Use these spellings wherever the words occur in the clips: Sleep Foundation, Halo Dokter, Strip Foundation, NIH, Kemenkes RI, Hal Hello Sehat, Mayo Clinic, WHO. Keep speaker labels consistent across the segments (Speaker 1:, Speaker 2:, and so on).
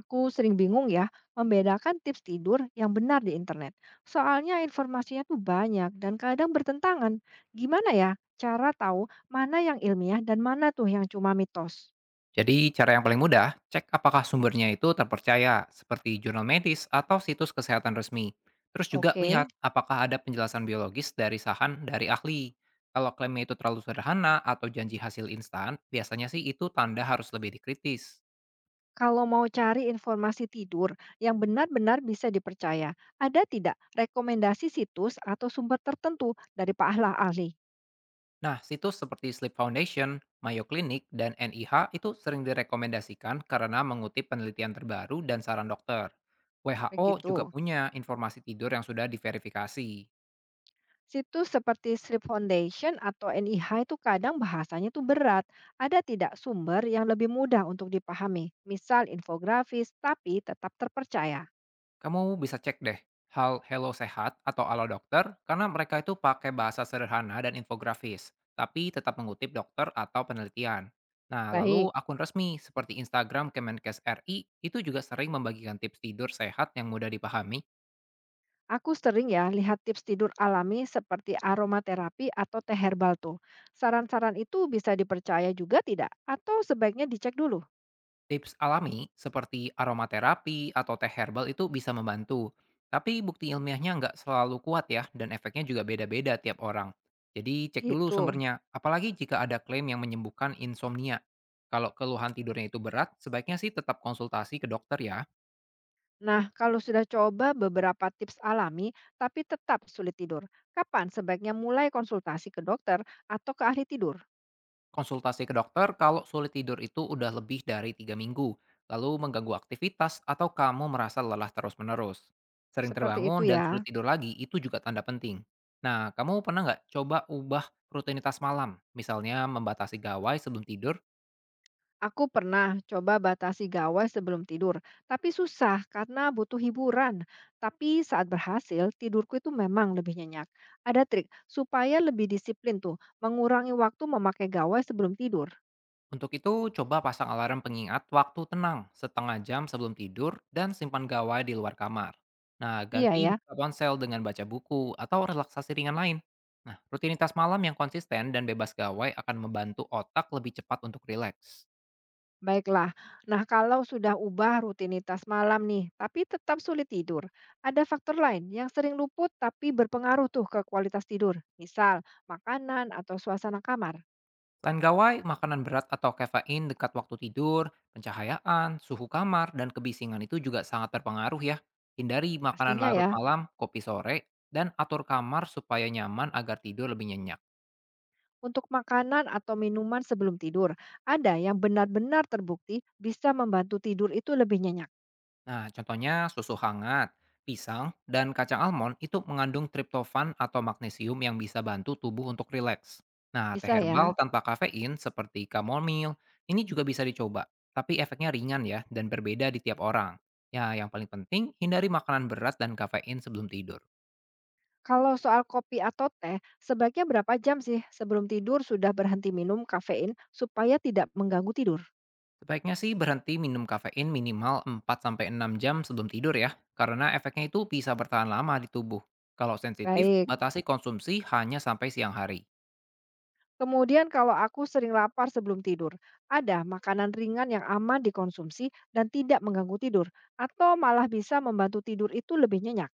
Speaker 1: Aku sering bingung ya membedakan tips tidur yang benar di internet. Soalnya informasinya tuh banyak dan kadang bertentangan. Gimana ya cara tahu mana yang ilmiah dan mana tuh yang cuma mitos?
Speaker 2: Jadi, cara yang paling mudah, cek apakah sumbernya itu terpercaya, seperti jurnal medis atau situs kesehatan resmi. Terus juga
Speaker 1: Oke,
Speaker 2: lihat apakah ada penjelasan biologis dari sahan dari ahli. Kalau klaimnya itu terlalu sederhana atau janji hasil instan, biasanya sih itu tanda harus lebih dikritis.
Speaker 1: kalau mau cari informasi tidur yang benar-benar bisa dipercaya, ada tidak rekomendasi situs atau sumber tertentu dari Pak ahli?
Speaker 2: Nah, situs seperti Sleep Foundation, Mayo Clinic, dan NIH itu sering direkomendasikan karena mengutip penelitian terbaru dan saran dokter. WHO juga
Speaker 1: Begitu.
Speaker 2: punya informasi tidur yang sudah diverifikasi.
Speaker 1: Situs seperti Strip Foundation atau NIH itu kadang bahasanya tuh berat. Ada tidak sumber yang lebih mudah untuk dipahami? Misal infografis, tapi tetap terpercaya.
Speaker 2: Kamu bisa cek deh Hello Sehat atau Halo Dokter karena mereka itu pakai bahasa sederhana dan infografis, tapi tetap mengutip dokter atau penelitian. Nah,
Speaker 1: Baik,
Speaker 2: lalu akun resmi seperti Instagram Kemenkes RI itu juga sering membagikan tips tidur sehat yang mudah dipahami.
Speaker 1: aku sering ya lihat tips tidur alami seperti aromaterapi atau teh herbal tuh. Saran-saran itu bisa dipercaya juga tidak? Atau sebaiknya dicek dulu?
Speaker 2: Tips alami seperti aromaterapi atau teh herbal itu bisa membantu, tapi bukti ilmiahnya nggak selalu kuat ya dan efeknya juga beda-beda tiap orang. Jadi cek dulu
Speaker 1: Gitu.
Speaker 2: sumbernya, apalagi jika ada klaim yang menyembuhkan insomnia. Kalau keluhan tidurnya itu berat, sebaiknya sih tetap konsultasi ke dokter ya.
Speaker 1: Nah, kalau sudah coba beberapa tips alami tapi tetap sulit tidur, kapan sebaiknya mulai konsultasi ke dokter atau ke ahli tidur?
Speaker 2: Konsultasi ke dokter kalau sulit tidur itu udah lebih dari tiga minggu, lalu mengganggu aktivitas atau kamu merasa lelah terus-menerus. Sering
Speaker 1: Seperti itu
Speaker 2: terbangun dan sulit
Speaker 1: ya.
Speaker 2: tidur lagi itu juga tanda penting. Nah, kamu pernah nggak coba ubah rutinitas malam? Misalnya membatasi gawai sebelum tidur.
Speaker 1: Aku pernah coba batasi gawai sebelum tidur, tapi susah karena butuh hiburan. Tapi saat berhasil, tidurku itu memang lebih nyenyak. Ada trik supaya lebih disiplin tuh, mengurangi waktu memakai gawai sebelum tidur.
Speaker 2: Untuk itu, coba pasang alarm pengingat waktu tenang setengah jam sebelum tidur dan simpan gawai di luar kamar. Nah,
Speaker 1: Iya
Speaker 2: ganti
Speaker 1: ya,
Speaker 2: buka ponsel dengan baca buku atau relaksasi ringan lain. Nah, rutinitas malam yang konsisten dan bebas gawai akan membantu otak lebih cepat untuk rileks.
Speaker 1: baiklah. Nah, kalau sudah ubah rutinitas malam nih, tapi tetap sulit tidur. Ada faktor lain yang sering luput tapi berpengaruh tuh ke kualitas tidur. Misal, makanan atau suasana kamar.
Speaker 2: Selain gawai, makanan berat atau kafein dekat waktu tidur, pencahayaan, suhu kamar, dan kebisingan itu juga sangat terpengaruh ya. Hindari makanan
Speaker 1: Pastinya
Speaker 2: larut
Speaker 1: ya.
Speaker 2: malam, kopi sore, dan atur kamar supaya nyaman agar tidur lebih nyenyak.
Speaker 1: Untuk makanan atau minuman sebelum tidur, ada yang benar-benar terbukti bisa membantu tidur itu lebih nyenyak.
Speaker 2: Nah, contohnya susu hangat, pisang, dan kacang almond itu mengandung triptofan atau magnesium yang bisa bantu tubuh untuk rileks. Nah, teh
Speaker 1: Bisa
Speaker 2: herbal
Speaker 1: ya.
Speaker 2: tanpa kafein seperti chamomile ini juga bisa dicoba, tapi efeknya ringan ya dan berbeda di tiap orang. Ya, yang paling penting hindari makanan berat dan kafein sebelum tidur.
Speaker 1: Kalau soal kopi atau teh, sebaiknya berapa jam sih sebelum tidur sudah berhenti minum kafein supaya tidak mengganggu tidur?
Speaker 2: Sebaiknya sih berhenti minum kafein minimal empat sampai enam jam sebelum tidur ya, karena efeknya itu bisa bertahan lama di tubuh. Kalau sensitif,
Speaker 1: Baik.
Speaker 2: batasi konsumsi hanya sampai siang hari.
Speaker 1: Kemudian kalau aku sering lapar sebelum tidur, ada makanan ringan yang aman dikonsumsi dan tidak mengganggu tidur, atau malah bisa membantu tidur itu lebih nyenyak.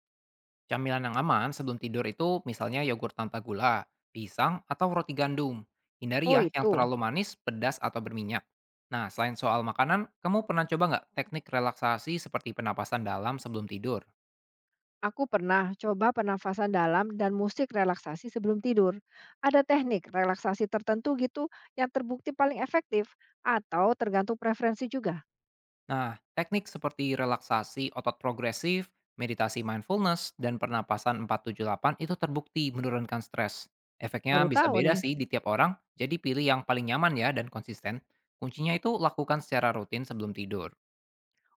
Speaker 2: Camilan yang aman sebelum tidur itu misalnya yogurt tanpa gula, pisang, atau roti gandum. Hindari
Speaker 1: Oh
Speaker 2: ya yang
Speaker 1: itu.
Speaker 2: terlalu manis, pedas, atau berminyak. Nah, selain soal makanan, kamu pernah coba nggak teknik relaksasi seperti penapasan dalam sebelum tidur?
Speaker 1: Aku pernah coba pernafasan dalam dan musik relaksasi sebelum tidur. Ada teknik relaksasi tertentu gitu yang terbukti paling efektif atau tergantung preferensi juga.
Speaker 2: Nah, teknik seperti relaksasi otot progresif, meditasi mindfulness, dan pernapasan 478 itu terbukti menurunkan stres. Efeknya
Speaker 1: Baru
Speaker 2: bisa
Speaker 1: tahu
Speaker 2: beda
Speaker 1: nih,
Speaker 2: sih di tiap orang, jadi pilih yang paling nyaman ya dan konsisten. Kuncinya itu lakukan secara rutin sebelum tidur.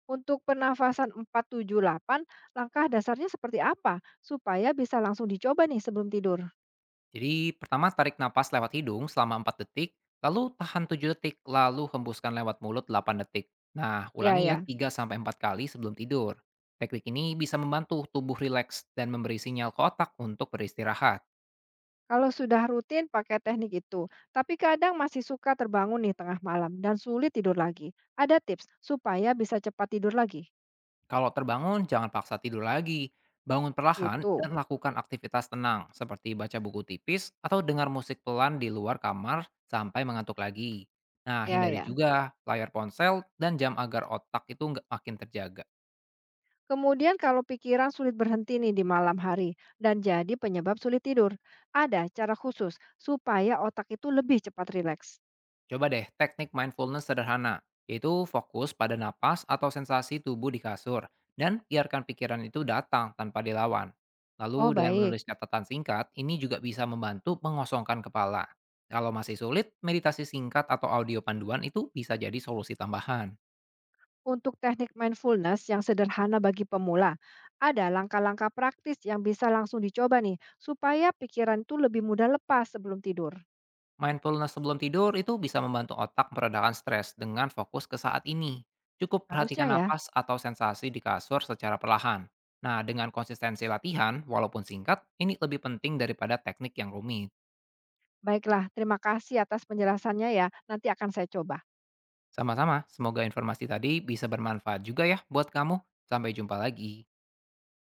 Speaker 1: untuk pernafasan 478, langkah dasarnya seperti apa supaya bisa langsung dicoba nih sebelum tidur?
Speaker 2: Jadi pertama tarik napas lewat hidung selama 4 detik, lalu tahan 7 detik, lalu hembuskan lewat mulut 8 detik. Nah,
Speaker 1: Ya
Speaker 2: ulangi ya
Speaker 1: ya,
Speaker 2: tiga sampai empat kali sebelum tidur. Teknik ini bisa membantu tubuh rileks dan memberi sinyal ke otak untuk beristirahat.
Speaker 1: kalau sudah rutin pakai teknik itu, tapi kadang masih suka terbangun nih tengah malam dan sulit tidur lagi. Ada tips supaya bisa cepat tidur lagi?
Speaker 2: Kalau terbangun, jangan paksa tidur lagi. Bangun perlahan
Speaker 1: Gitu.
Speaker 2: dan lakukan aktivitas tenang seperti baca buku tipis atau dengar musik pelan di luar kamar sampai mengantuk lagi. Nah,
Speaker 1: Ya
Speaker 2: hindari
Speaker 1: ya.
Speaker 2: juga layar ponsel dan jam agar otak itu nggak makin terjaga.
Speaker 1: Kemudian kalau pikiran sulit berhenti nih di malam hari dan jadi penyebab sulit tidur, ada cara khusus supaya otak itu lebih cepat rileks.
Speaker 2: Coba deh teknik mindfulness sederhana, yaitu fokus pada napas atau sensasi tubuh di kasur, dan biarkan pikiran itu datang tanpa dilawan.
Speaker 1: Oh,
Speaker 2: Lalu dengan
Speaker 1: baik.
Speaker 2: menulis catatan singkat, ini juga bisa membantu mengosongkan kepala. Kalau masih sulit, meditasi singkat atau audio panduan itu bisa jadi solusi tambahan.
Speaker 1: Untuk teknik mindfulness yang sederhana bagi pemula, ada langkah-langkah praktis yang bisa langsung dicoba nih supaya pikiran itu lebih mudah lepas sebelum tidur.
Speaker 2: Mindfulness sebelum tidur itu bisa membantu otak meredakan stres dengan fokus ke saat ini. Cukup
Speaker 1: Harusnya
Speaker 2: perhatikan
Speaker 1: ya.
Speaker 2: napas atau sensasi di kasur secara perlahan. Nah, dengan konsistensi latihan, walaupun singkat, ini lebih penting daripada teknik yang rumit.
Speaker 1: Baiklah, terima kasih atas penjelasannya ya. Nanti akan saya coba.
Speaker 2: Sama-sama, semoga informasi tadi bisa bermanfaat juga ya buat kamu. Sampai jumpa lagi.